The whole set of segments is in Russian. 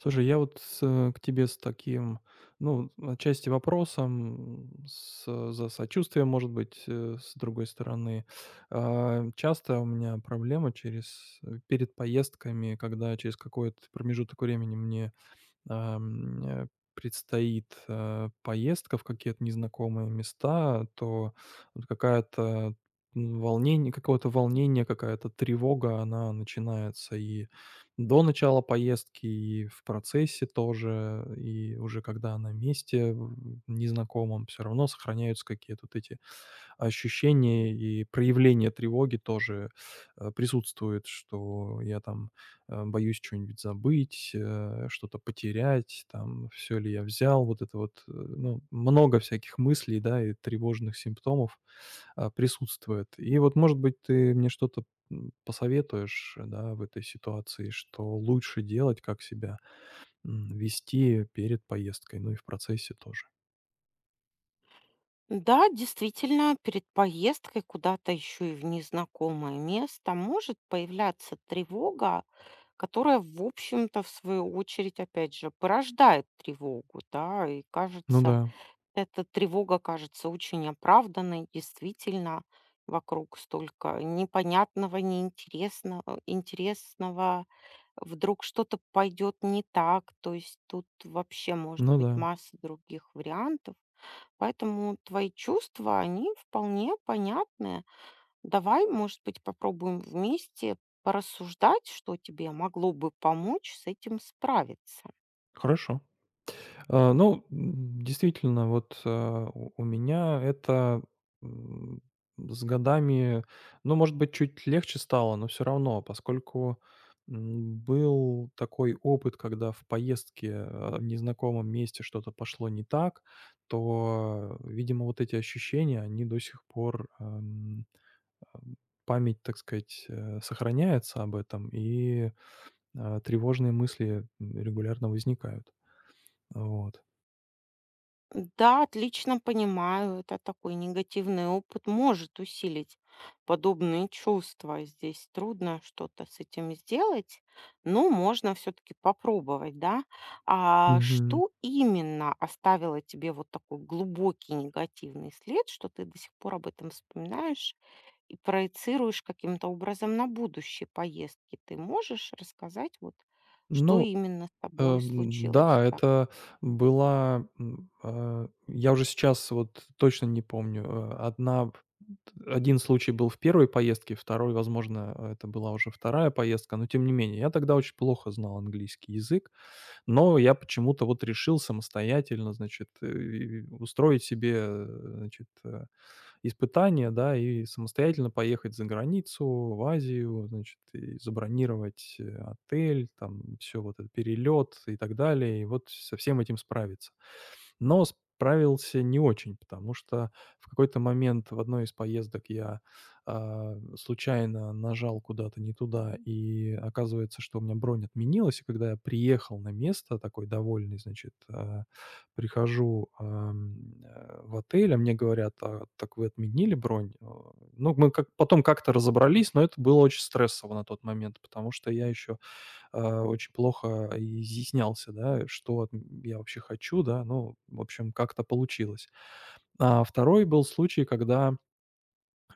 Слушай, я вот с, к тебе с таким, ну, отчасти вопросом, с, за сочувствием, может быть, с другой стороны. Часто у меня проблема через, перед поездками, когда через какой-то промежуток времени мне ам, э, предстоит, поездка в какие-то незнакомые места, то вот волнение, какое-то волнение, какая-то тревога, она начинается и до начала поездки, и в процессе тоже, и уже когда на месте в незнакомом, всё равно сохраняются какие-то вот эти ощущение и проявление тревоги тоже, присутствует, что я там, боюсь чё-нибудь забыть, что-то потерять, там, все ли я взял. Вот это вот, ну, много всяких мыслей, да, и тревожных симптомов, присутствует. И вот, может быть, ты мне что-то, посоветуешь, да, в этой ситуации, что лучше делать, как себя, вести перед поездкой, ну и в процессе тоже. Да, действительно, перед поездкой куда-то еще и в незнакомое место может появляться тревога, которая, в общем-то, в свою очередь, опять же, порождает тревогу, да, и Ну кажется, да, эта тревога кажется очень оправданной, действительно, вокруг столько непонятного, неинтересного, интересного, вдруг что-то пойдет не так, то есть тут вообще может ну быть да. масса других вариантов. Поэтому твои чувства, они вполне понятны. Давай, может быть, попробуем вместе порассуждать, что тебе могло бы помочь с этим справиться. Хорошо. Ну, действительно, вот, у меня это, м, с годами, ну, может быть, чуть легче стало, но все равно, поскольку, был такой опыт, когда в поездке, в незнакомом месте что-то пошло не так, то, видимо, вот эти ощущения, они до сих пор, ам, память, так сказать, сохраняется об этом, и, тревожные мысли, регулярно возникают. Вот. Да, отлично понимаю, это такой негативный опыт может усилить подобные чувства. Здесь трудно что-то с этим сделать, но можно все-таки попробовать, да. А что именно оставило тебе вот такой глубокий негативный след, что ты до сих пор об этом вспоминаешь и проецируешь каким-то образом на будущие поездки? Ты можешь рассказать вот, что Ну, именно с тобой случилось? да, Так, это была, я уже сейчас вот точно не помню. Э, одна п Один случай был в первой поездке, второй, возможно, это была уже вторая поездка, но тем не менее. Я тогда очень плохо знал английский язык, но я почему-то вот решил самостоятельно, значит, устроить себе, значит, э испытания, да, и самостоятельно поехать за границу, в Азию, значит, и забронировать, отель, там все вот это, перелет и так далее, и вот со всем этим справиться. Но справился не очень, потому что в какой-то момент в одной из поездок я случайно нажал куда-то не туда, и оказывается, что у меня бронь отменилась. И когда я приехал на место такой довольный, прихожу, в отель, а мне говорят: "А, так вы отменили бронь". Ну, мы как потом как-то разобрались, но это было очень стрессово на тот момент, потому что я еще очень плохо изъяснялся, да, что я вообще хочу, да. Ну, в общем, как-то получилось. А 2-й был случай, когда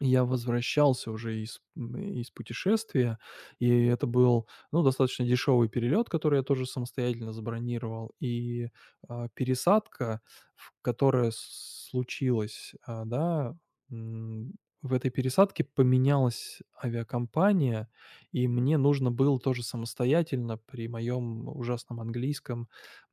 я возвращался уже из путешествия, и это был, ну, достаточно дешевый перелет, который я тоже самостоятельно забронировал. И, пересадка, в которая с случилась, м, в этой пересадке поменялась авиакомпания, и мне нужно было тоже самостоятельно при моем ужасном английском,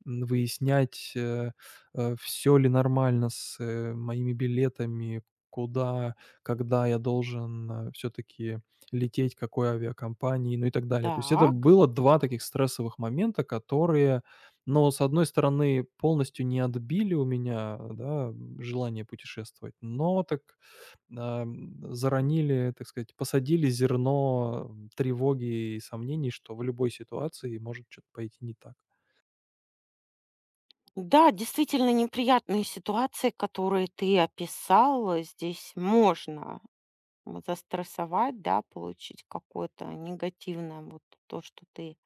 выяснять, э, ли нормально с, моими билетами, куда когда я должен, все-таки лететь, какой авиакомпании, ну и так далее. То есть это так. было 2 таких стрессовых момента, которые, но с одной стороны, полностью не отбили у меня, да, желание путешествовать, но так, заронили, так сказать, посадили зерно, тревоги и сомнений, что в любой ситуации может что то пойти не так. Да, действительно неприятные ситуации, которые ты описал. Здесь можно застрессовать, да, получить какое-то негативное, вот то, что ты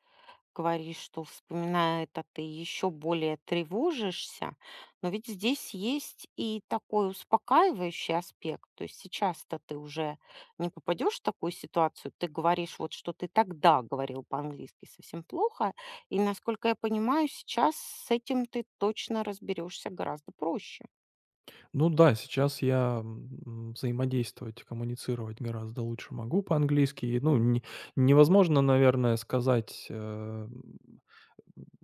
говоришь, что, вспоминая это, ты еще более тревожишься. Но ведь здесь есть и такой успокаивающий аспект. То есть сейчас-то ты уже не попадешь в такую ситуацию. Ты говоришь, вот что ты тогда говорил по-английски совсем плохо. И, насколько я понимаю, сейчас с этим ты точно разберешься гораздо проще. Ну да, сейчас я взаимодействовать, коммуницировать гораздо лучше могу по-английски. И, ну, не невозможно, наверное, сказать,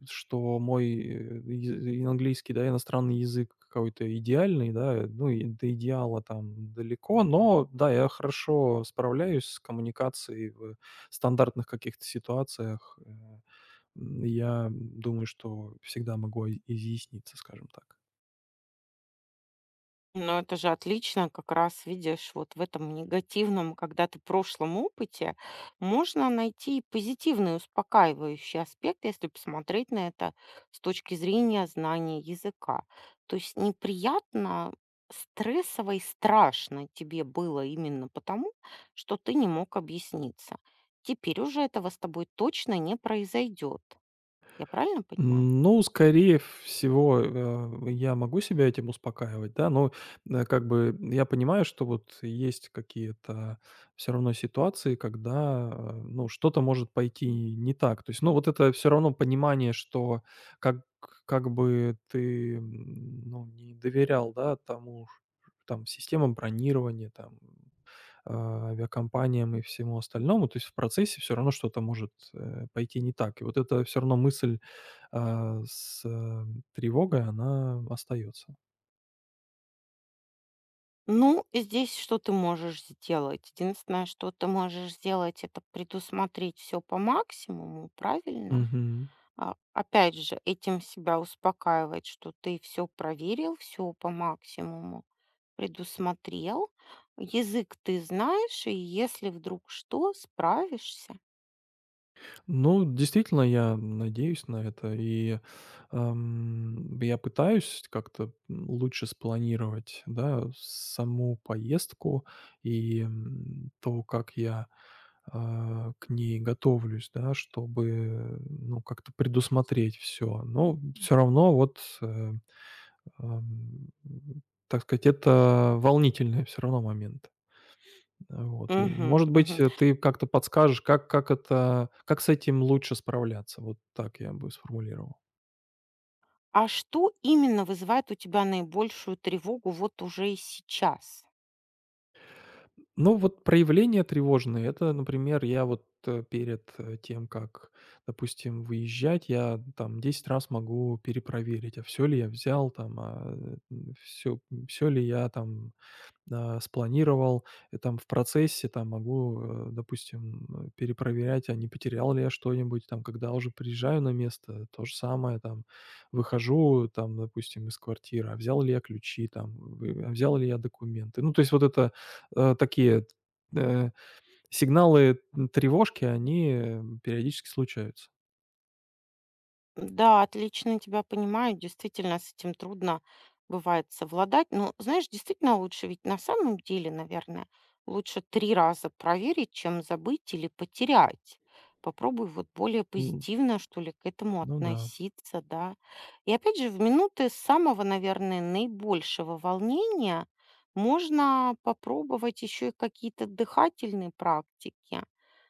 что мой, э, английский, да, иностранный язык какой-то идеальный, да, ну, и до идеала там далеко, но да, я хорошо справляюсь с коммуникацией в стандартных каких-то ситуациях. Я думаю, что всегда могу и изъясниться, скажем так. Но это же отлично, как раз видишь, вот в этом негативном, когда ты прошлом опыте, можно найти и позитивный, успокаивающий аспект, если посмотреть на это с точки зрения знания языка. То есть неприятно, стрессово и страшно тебе было именно потому, что ты не мог объясниться. Теперь уже этого с тобой точно не произойдет. Я правильно понимаю? Ну, скорее всего, я могу себя этим успокаивать, да, но, как бы я понимаю, что вот есть какие-то все равно ситуации, когда, ну, что-то может пойти не так. То есть, ну, вот это все равно понимание, что как как бы ты, ну, не доверял, да, тому ж там системам бронирования, там авиакомпаниям и всему остальному. То есть в процессе все равно что-то может, пойти не так. И вот эта все равно мысль, с тревогой, она остается. Ну, здесь что ты можешь сделать? Единственное, что ты можешь сделать, это предусмотреть все по максимуму, правильно? А, опять же, этим себя успокаивать, что ты все проверил, все по максимуму предусмотрел. Язык ты знаешь, и если вдруг что, справишься. Ну, действительно, я надеюсь на это, и, я пытаюсь как-то, лучше спланировать, да, саму поездку и, то, как я к ней готовлюсь, да, чтобы, ну, как-то предусмотреть все. Но все равно вот, ам, так сказать, это волнительные все равно моменты. Вот. И, Мгм, может быть, мгм. Ты как-то подскажешь, как с этим лучше справляться? Вот так я бы сформулировал. А что именно вызывает у тебя наибольшую тревогу вот уже и сейчас? Ну, вот проявления тревожные- это, например, я вот, перед, тем, как, допустим, выезжать, я там 10 раз могу перепроверить, а все ли я взял там, все всё ли я там спланировал, и там в процессе там могу, допустим, перепроверять, а не потерял ли я что-нибудь. Там, когда уже приезжаю на место, то же самое, там, выхожу, там, допустим, из квартиры, а взял ли я ключи, там, взял ли я документы. Ну, то есть вот это такие э, сигналы тревожки, они периодически случаются. Да, отлично тебя понимаю. Действительно, с этим трудно бывает совладать. Но, знаешь, действительно лучше, ведь на самом деле, наверное, лучше 3 раза проверить, чем забыть или потерять. Попробуй вот более М. позитивно, что ли, к этому Ну да. относиться, да. И опять же, в минуты самого, наверное, наибольшего волнения можно попробовать еще и какие-то дыхательные практики.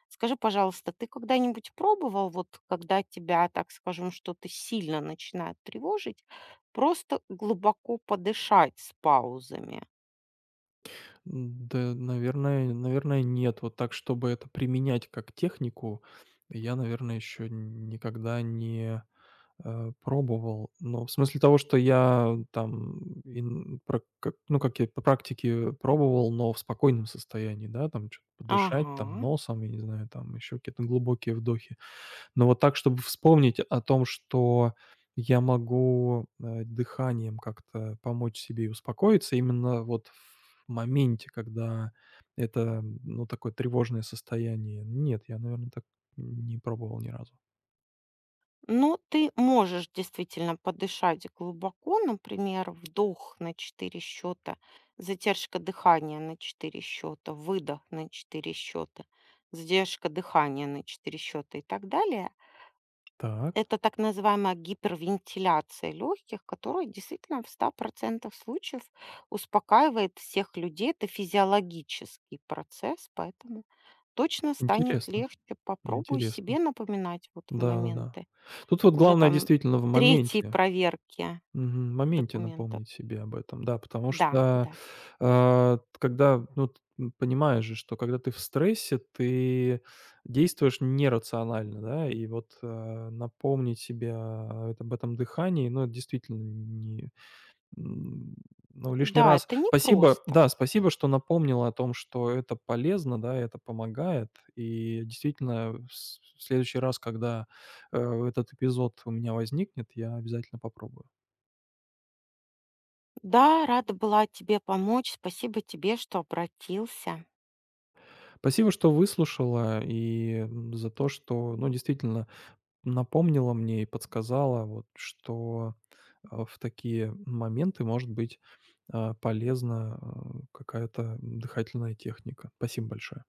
Скажи, пожалуйста, ты когда-нибудь пробовал, вот когда тебя, так скажем, что-то сильно начинает тревожить, просто глубоко подышать с паузами? Да, наверное, нет. Вот так, чтобы это применять как технику, я, наверное, еще никогда не пробовал. Но в смысле того, что я там ин прак как ну, как я по практике пробовал, но в спокойном состоянии, да, там что то подышать там Ага. носом, я не знаю, там еще какие-то глубокие вдохи. Но вот так, чтобы вспомнить о том, что я могу, дыханием как-то помочь себе и успокоиться именно вот в моменте, когда это, ну, такое тревожное состояние. Нет, я, наверное, так не пробовал ни разу. Ну, ты можешь действительно подышать глубоко, например, вдох на 4 счета, задержка дыхания на 4 счета, выдох на 4 счета, задержка дыхания на 4 счета и так далее. Так, Это так называемая гипервентиляция легких, которая действительно в 100% случаев успокаивает всех людей. Это физиологический процесс, поэтому точно станет интересно легче. Попробуй интересно. себе напоминать вот в Да-да-да. моменты Тут вот уже главное там действительно в третьей моменте. проверки Мгм. В моменте документов. напомнить себе об этом, да, потому Да, что, да. Когда, ну, понимаешь же, что когда ты в стрессе, ты действуешь нерационально, да, и вот, напомнить себе, об этом дыхании, ну, это действительно не, м, ну, лишний Да, раз. это Спасибо, непросто. да, спасибо, что напомнила о том, что это полезно, да, это помогает. И действительно, в с в следующий раз, когда, э, этот эпизод у меня возникнет, я обязательно попробую. Да, рада была тебе помочь. Спасибо тебе, что обратился. Спасибо, что выслушала и за то, что, ну, действительно напомнила мне и подсказала, вот, что в такие моменты может быть полезна какая-то дыхательная техника. Спасибо большое.